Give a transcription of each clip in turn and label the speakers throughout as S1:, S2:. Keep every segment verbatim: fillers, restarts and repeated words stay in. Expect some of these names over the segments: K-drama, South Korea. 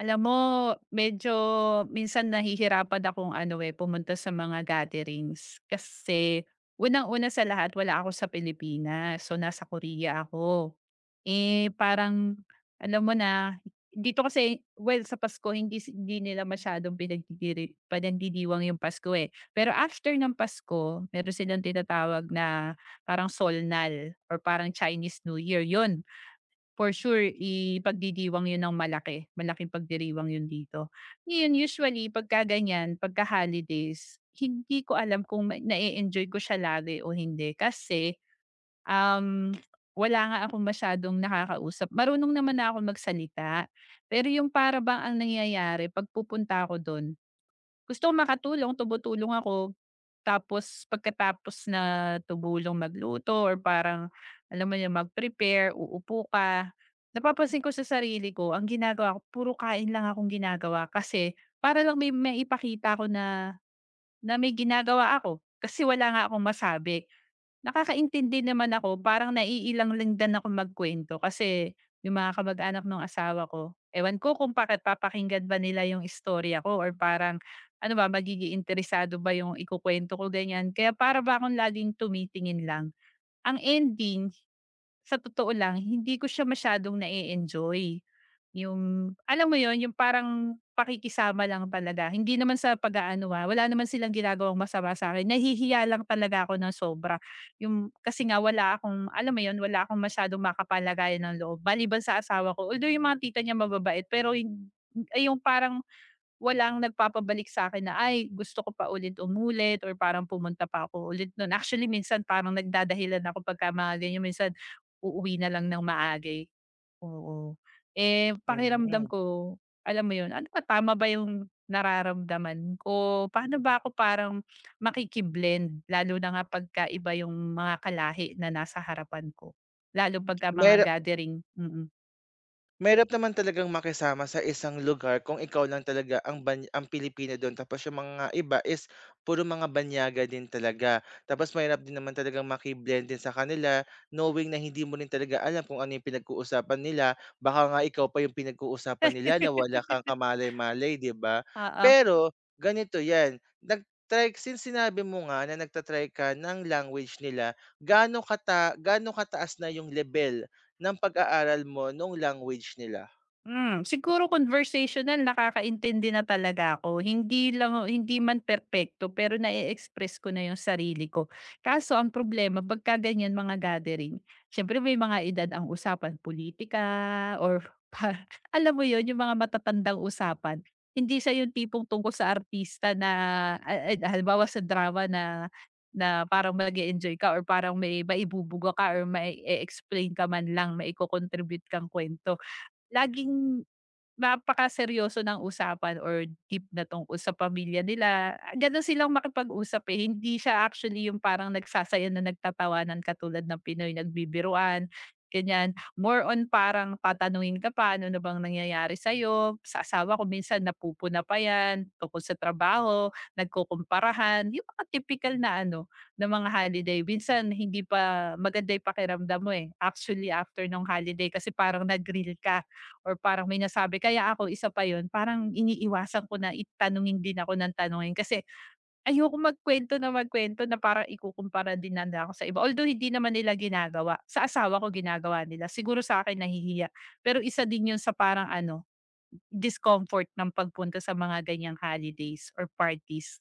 S1: Alam mo, medyo minsan nahihirapan akong ano eh, pumunta sa mga gatherings. Kasi unang-una sa lahat, wala ako sa Pilipinas. So, nasa Korea ako. Eh, parang, alam mo na, dito kasi, well, sa Pasko, hindi, si- hindi nila masyadong pinagdidiri, panandidiwang yung Pasko eh. Pero after ng Pasko, meron silang tinatawag na parang Solnal or parang Chinese New Year. Yun, for sure ipagdidiwang 'yun ng malaki, malaking pagdiriwang 'yun dito. Ngayon usually pagka ganiyan, pagka holidays, hindi ko alam kung ma na enjoy ko siya lagi o hindi kasi, um, wala nga akong masyadong nakakausap. Marunong naman na akong magsalita, pero yung para bang ang nangyayari pagpupunta pupunta ako dun gusto ko makatulong, tumutulong ako. Tapos pagkatapos na tumulong magluto or parang alam mo yun, mag-prepare, uupo ka. Napapansin ko sa sarili ko, ang ginagawa ko puro kain lang akong ginagawa kasi para lang may maipakita ko na na may ginagawa ako kasi wala nga akong masabi. Nakakaintindi naman ako, parang naiilang lang din ako magkuwento kasi yung mga kamag-anak ng asawa ko, ewan ko kung bakit papakinggan ba nila yung istorya ko or parang ano ba, magiging interesado ba yung ikukuwento ko, ganyan. Kaya para ba akong laging tumitingin lang. Ang ending, sa totoo lang, hindi ko siya masyadong na enjoy yung alam mo yon yung parang pakikisama lang talaga. Hindi naman sa pag-aano, ah, wala naman silang ginagawang masama sa'kin. Nahihiya lang talaga ako ng sobra. Yung kasi nga wala akong alam mo yon wala akong masyadong makapalagayan ng loob maliban sa asawa ko. Although yung mga tita niya mababait, pero hin ay yung parang walang nagpapabalik sa akin na, "Ay gusto ko pa ulit umulit," or parang pumunta pa ako ulit nun. Actually minsan parang nagdadahilan ako pagka mga ganyan. Minsan uuwi na lang ng maaga, eh. Oo. Eh, pakiramdam
S2: Mm.
S1: ko, alam mo yun, ano ba, tama ba yung nararamdaman ko? Paano ba ako parang makikiblend lalo na nga pagka iba yung mga kalahi na nasa harapan ko, lalo pagka mga
S2: Mahirap
S1: gathering, mm.
S2: mahirap naman talagang makisama sa isang lugar kung ikaw lang talaga ang ban ang Pilipino dun, tapos yung mga iba is puro mga banyaga din talaga. Tapos mahirap din naman talagang makiblend din sa kanila, knowing na hindi mo rin talaga alam kung ano yung pinag-uusapan nila. Baka nga ikaw pa yung pinag-uusapan nila na wala kang kamalay-malay, 'di ba?
S1: Oo.
S2: Pero ganito 'yan, nag-try since sinabi mo nga na nagta ka ng language nila, gaano kata gaano kataas na yung lebel ng pag-aaral mo nung language nila.
S1: Hmm, siguro conversational nakakaintindi na talaga ako. Hindi lang hindi man perpekto pero na express ko na yung sarili ko. Kaso ang problema pagka ganyan mga gathering, siyempre may mga edad ang usapan, politika or pa alam mo yon yung mga matatandang usapan. Hindi siya yung tipong tungkol sa artista na ah, ah, halimbawa sa drama na na parang mag enjoy ka or parang may maibubuga ka or may explain ka man lang, may contribute kang kwento. Laging napakaseryoso ng usapan or deep na tungkol sa pamilya nila, ah, gano'n silang makipag-usap, eh, hindi siya actually yung parang nagsasayaw na nagtatawanan katulad ng Pinoy nagbibiruan, ganyan. More on parang tatanungin ka pa, "Ano na bang nangyayari sa'yo?" Sa asawa ko minsan napupuna pa 'yan tungkol sa trabaho, nagkukumparahan, yung mga tipikal na ano, na mga holiday. Minsan hindi pa maganda yung pakiramdam mo, eh, actually after nung holiday kasi parang nag-grill ka, or parang may nasabi kaya ako isa pa yun parang iniiwasan ko na itanungin din ako ng tanungin kasi ayoko magkuwento na magkuwento na parang ikukumpara din nila ako sa iba. Although hindi naman nila ginagawa, sa asawa ko ginagawa nila. Siguro sa akin nahihiya, pero isa din yun sa parang ano, discomfort ng pagpunta sa mga ganyang holidays or parties,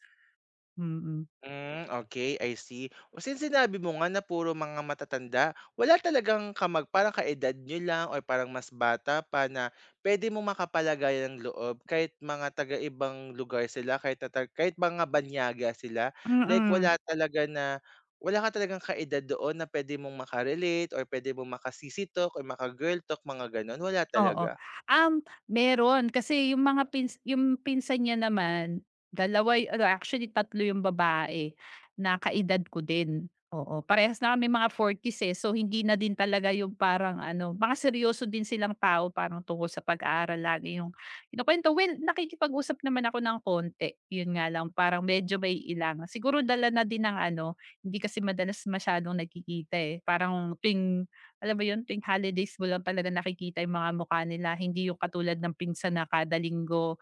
S1: mm.
S2: Hmm, okey, I see. O since sinabi mo nga na puro mga matatanda, wala talagang kamag parang kaedad niyo lang or parang mas bata pa na puwede mo makapalagay ng loob kahit mga taga-ibang lugar sila, kahit na tag kahit mga banyaga sila? Like
S1: Mm.
S2: wala talaga na wala ka talagang kaedad doon na puwede mong makarelate relate or puwede mong maka-sisi talk or maka-girl talk, mga gano'n, wala
S1: Oo.
S2: talaga?
S1: Um, meron kasi yung mga pins yung pinsan niya naman, dalawa y- ano actually tatlo yung babae na kaedad ko din, oo. Parehas na kami mga forties, eh. So, hindi na din talaga yung parang ano, mga seryoso din silang tao parang tungkol sa pag-aaral lagi yung kinukuwento. Well, nakikipag-usap naman ako ng konti, yun nga lang parang medyo may ilang. Siguro dala na din ng ano, hindi kasi madalas masyadong nagkikita, eh. Parang tuwing alam mo yun, tuwing holidays mo lang talaga nakikita yung mga mukha nila, hindi yung katulad ng pinsan na kada linggo.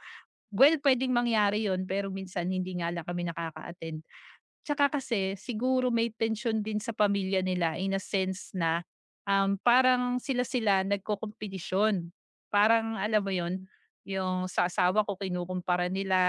S1: Well, puwedeng mangyari yon pero minsan hindi nga lang kami nakaka-attend. Tsaka kasi siguro may tension din sa pamilya nila in a sense na, um, parang sila-sila nagkokompetisyon. Parang alam mo yon yung sa asawa ko kinukumpara nila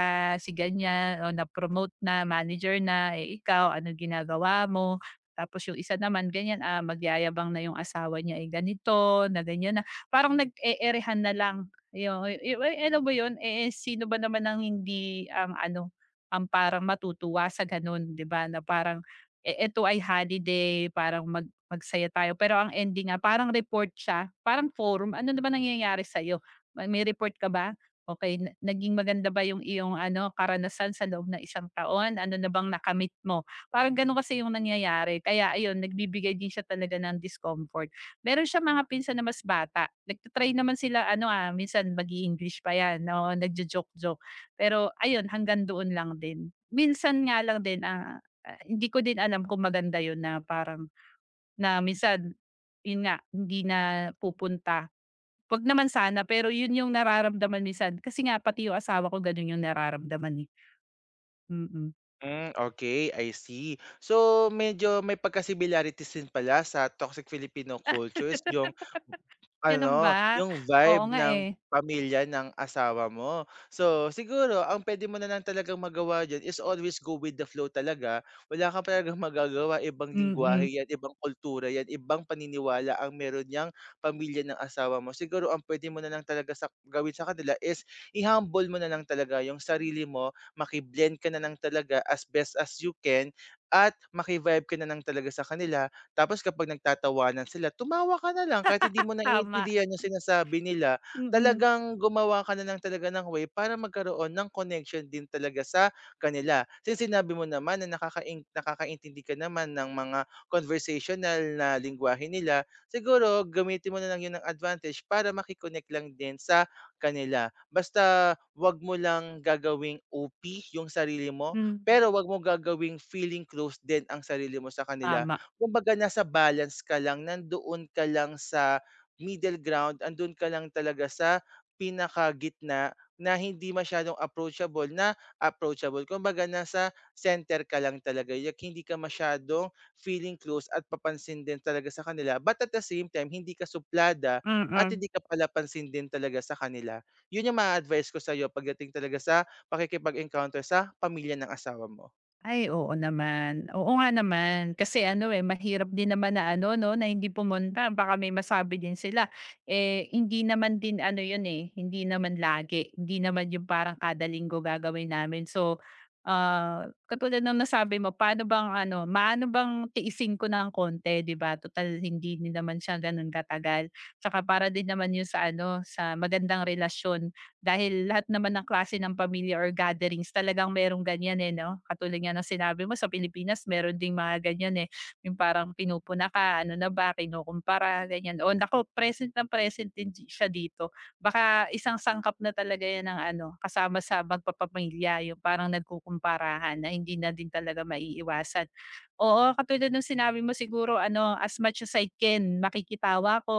S1: si ganyan, o na-promote na, manager na, eh, ikaw ano ginagawa mo? Tapos yung isa naman ganyan, ah, magyayabang na yung asawa niya, eh, ganito na ganyan na. Parang nag e na lang, yo yo alam mo 'yun, eh, sino ba naman ang hindi, um, ano ang parang matutuwa sa gano'n, 'di ba, na parang, "E eto ay holiday, parang mag magsaya tayo." Pero ang ending nga parang report siya, parang forum. Ano na ba nangyayari sa Ma may report ka ba? Okey, na naging maganda ba yung iyong ano, karanasan sa loob ng isang taon? Ano na bang nakamit mo? Parang gano'n kasi yung nangyayari. Kaya ayun, nagbibigay din siya talaga ng discomfort. Meron siyang mga pinsan na mas bata, nagta naman sila ano, ah, minsan mag english pa 'yan, oo, nagjo-joke-joke. Pero ayun, hanggang doon lang din. Minsan nga lang din, ah, ah, hindi ko din alam kung maganda yun na parang na minsan, yun nga, hindi na pupunta. 'Wag naman sana, pero yun yung nararamdaman minsan. Kasi nga pati yung asawa ko ganun yung nararamdaman, eh, mm.
S2: Hmm, Okay. I see. So, medyo may pagka-similarities din pala sa toxic Filipino cultures yung
S1: Ganun
S2: ano,
S1: ba?
S2: yung
S1: Oo
S2: vibe
S1: nga,
S2: ng
S1: eh.
S2: pamilya ng asawa mo. So, siguro ang puwede mo na lang talagang magawa diyan is always go with the flow talaga. Wala ka talagang magagawa, ibang lengguwahe
S1: Mm,
S2: 'yan, ibang kultura 'yan, ibang paniniwala ang meron niyang pamilya ng asawa mo. Siguro ang puwede mo na lang talaga sa gawin sa kanila is i-humble mo na lang talaga yung sarili mo, makiblend blend ka na lang talaga as best as you can at makivibe vibe ka na lang talaga sa kanila. Tapos kapag nagtatawanan sila, tumawa ka na lang kahit hindi mo
S1: tama.
S2: naiintindihan yung sinasabi nila.
S1: Mm-mm.
S2: Talagang gumawa ka na lang talaga ng way para magkaroon ng connection din talaga sa kanila. Since sinabi mo naman na nakakain- nakakaintindi ka naman ng mga conversational na lingwahe nila, siguro gamitin mo na lang yun ng advantage para makikonnect lang din sa kanila. Basta 'wag mo lang gagawing O P yung sarili mo,
S1: Mm, hmm,
S2: pero 'wag mo gagawing feeling close din ang sarili mo sa kanila.
S1: tama,
S2: Kumbaga nasa balance ka lang, nandoon ka lang sa middle ground, andun ka lang talaga sa pinakagitna na hindi masyadong approachable na approachable. Kumbaga nasa center ka lang talaga, yak hindi ka masyadong feeling close at papansin din talaga sa kanila, but at the same time hindi ka suplada at
S1: mm.
S2: hindi ka palapansin din talaga sa kanila. Yun yung ma advice ko sa'yo pagdating talaga sa pakikipag-encounter sa pamilya ng asawa mo.
S1: Ay, oo naman. Oo nga naman. Kasi ano eh, mahirap din naman na ano 'no, na hindi pumunta baka may masabi din sila. Eh, hindi naman din ano 'yun eh, hindi naman lagi. Hindi naman 'yung parang kada linggo gagawin namin. So, ah, katulad ng nasabi mo, paano bang ano, maano bang tiisin ko ng konti 'di ba, total hindi din naman siya gano'n katagal. Tsaka para din naman 'yun sa ano, sa magandang relasyon. Dahil lahat naman ng klase ng pamilya or gatherings talagang merong ganyan, eh, 'no? Katulad nga ng sinabi mo sa Pilipinas meron ding mga ganyan, eh, yung parang pinupuna ka, ano na ba, kinukumpara, ganyan. O naku, present na present din di siya dito. Baka isang sangkap na talaga 'yan ng ano, kasama sa magpapamilya, yung parang nagkukumparahan na hindi na din talaga maiiwasan. Oo, katulad ng sinabi mo siguro ano, as much as I can makikitawa ako,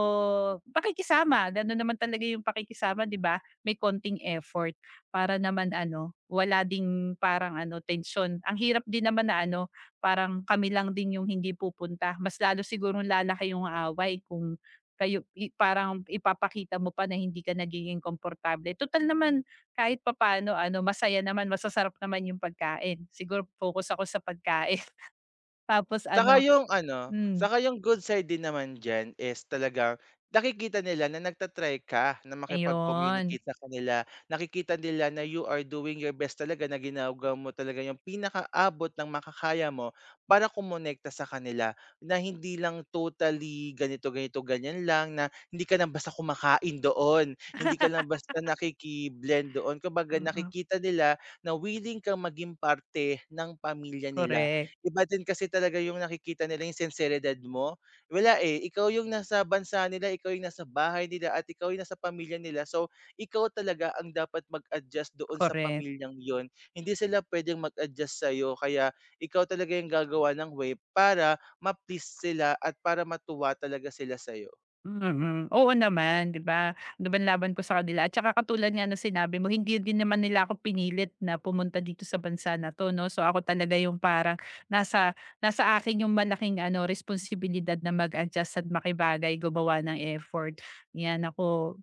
S1: pakikisama, gano'n naman talaga yung pakikisama, 'di ba? May konting effort para naman ano, wala ding parang ano, tension. Ang hirap din naman na ano, parang kami lang din yung hindi pupunta. Mas lalo siguro lalaki yung away kung kayo i parang ipapakita mo pa na hindi ka nagiging komportable. Total naman kahit papaano ano, masaya naman, masasarap naman yung pagkain. Siguro focus ako sa pagkain. Tapos
S2: Saka
S1: ano
S2: yung ano,
S1: hmm,
S2: saka yung good side din naman diyan is talagang nakikita nila na nagta ka na
S1: ayun.
S2: makipag-communicate sa kanila. Nakikita nila na you are doing your best talaga, na ginagawa mo talaga yung pinakaabot ng makakaya mo para kumonekta sa kanila, na hindi lang totally ganito, ganito, ganyan lang, na hindi ka lang basta kumakain doon, hindi ka lang basta nakiki-blend doon. Kumbaga
S1: Mm,
S2: nakikita nila na willing kang maging parte ng pamilya nila.
S1: korek,
S2: Iba din kasi talaga yung nakikita nila yung sinseridad mo. Wala, eh, ikaw yung nasa bansa nila, ikaw yung nasa bahay nila at ikaw yung nasa pamilya nila. So, ikaw talaga ang dapat mag-adjust doon sa
S1: korek.
S2: pamilyang yun. Hindi sila puwedeng mag-adjust sa'yo, kaya ikaw talaga yung gagawa ng way para ma-please sila at para matuwa talaga sila sa'yo.
S1: Mm, oo naman, 'di ba? Laban laban ko sa kanila at saka katulad nga ng sinabi mo hindi din naman nila ako pinilit na pumunta dito sa bansa na 'to 'no. So ako talaga yung parang nasa nasa akin yung malaking ano responsibilidad na mag-adjust at makibagay, gumawa ng effort. 'Yan ako,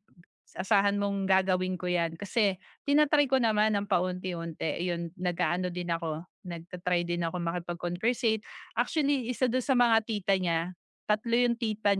S1: asahan mong gagawin ko 'yan kasi tinatry ko naman ng paunti-unti. Yun, nag-aano din ako, nagtatry din ako makipag-conversate. Actually, isa dun sa mga tita niya, tatlo yung tita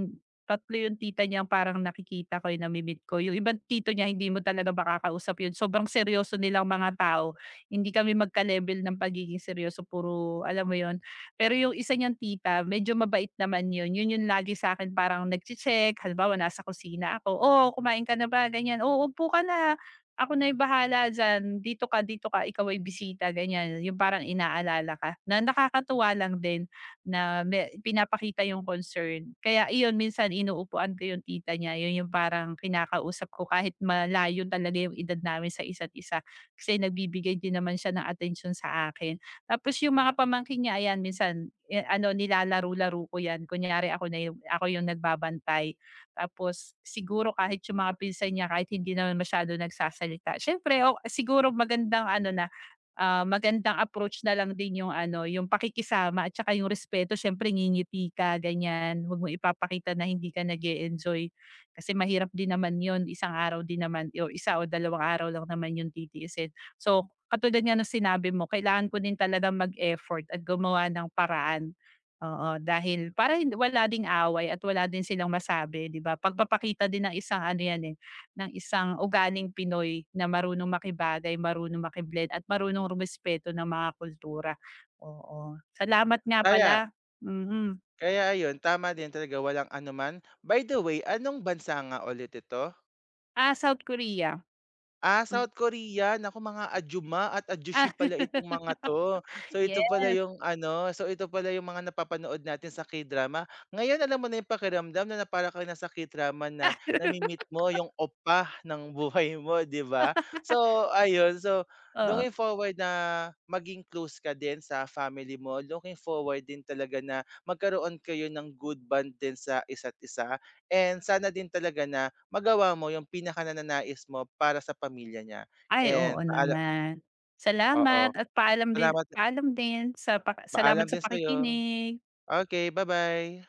S1: tatlo yung tita niyang parang nakikita ko, yung nami-meet ko. Yung ibang tito niya hindi mo talaga makakausap yun, sobrang seryoso nilang mga tao. Hindi kami magka-level ng pagiging seryoso, puro alam mo yon. Pero yung isa niyang tita medyo mabait naman yun, yun yung lagi sa'kin parang nagche-check, halimbawa nasa kusina ako, "Oh, kumain ka na ba?" Ganyan, "Oo, upo ka na, ako na yung bahala diyan, dito ka, dito ka, ikaw ay bisita." Ganyan, yung parang inaalala ka, na nakakatuwa lang din na may pinapakita yung concern. Kaya iyon minsan inuupuan ko yung tita niya, yun yung parang kinakausap ko kahit malayo talaga yung edad namin sa isa't isa. Kasi nagbibigay din naman siya ng attention sa akin. Tapos yung mga pamangkin niya ayan minsan, eh, ano nilalaro-laro ko yan. Kunyari ako na yung ako yung nagbabantay. Tapos siguro kahit yung mga pinsan niya kahit hindi naman masyado nagsasalita, siyempre o siguro magandang ano na, Ah, magandang approach na lang din yung ano, yung pakikisama at saka yung respeto siyempre ngingiti ka ganyan, huwag mong ipapakita na hindi ka nag enjoy. Kasi mahirap din naman yun, isang araw din naman o isa o dalawang araw lang naman yung titiisin. So, katulad nga ng sinabi mo kailangan ko din talagang mag-effort at gumawa ng paraan, oo. Dahil para hin wala ding away at wala din silang masabi 'di ba, pagpapakita din ng isang ano yan, eh, ng isang ugaling Pinoy na marunong makibagay, marunong makiblend, blend at marunong rumespeto ng mga kultura. Oo, salamat nga
S2: Kaya
S1: pala. Mm.
S2: kaya ayun, tama din talaga, walang anuman. By the way, anong bansa nga ulit ito?
S1: Ah, South Korea.
S2: Ah,
S1: Hmm,
S2: South Korea. Naku, mga Ajuma at adyushi
S1: ah,
S2: pala itong mga 'to. So, ito
S1: yeah.
S2: pala yung ano, so ito pala yung mga napapanood natin sa K-drama. Ngayon, alam mo na yung pakiramdam na na para kang nasa K-drama na nami-meet mo yung oppa ng buhay mo, 'di ba? So, ayun. So,
S1: Oo.
S2: looking forward na maging close ka din sa family mo. Looking forward din talaga na magkaroon kayo ng good bond din sa isa't isa and sana din talaga na magawa mo yung pinakanananais mo para sa pamilya niya
S1: Ay, oo
S2: and paala
S1: naman.
S2: oo.
S1: Salamat at paalam din
S2: Salamat,
S1: paalam din sa pa salamat
S2: paalam
S1: sa
S2: din sa'yo.
S1: pakikinig.
S2: Okay, bye bye.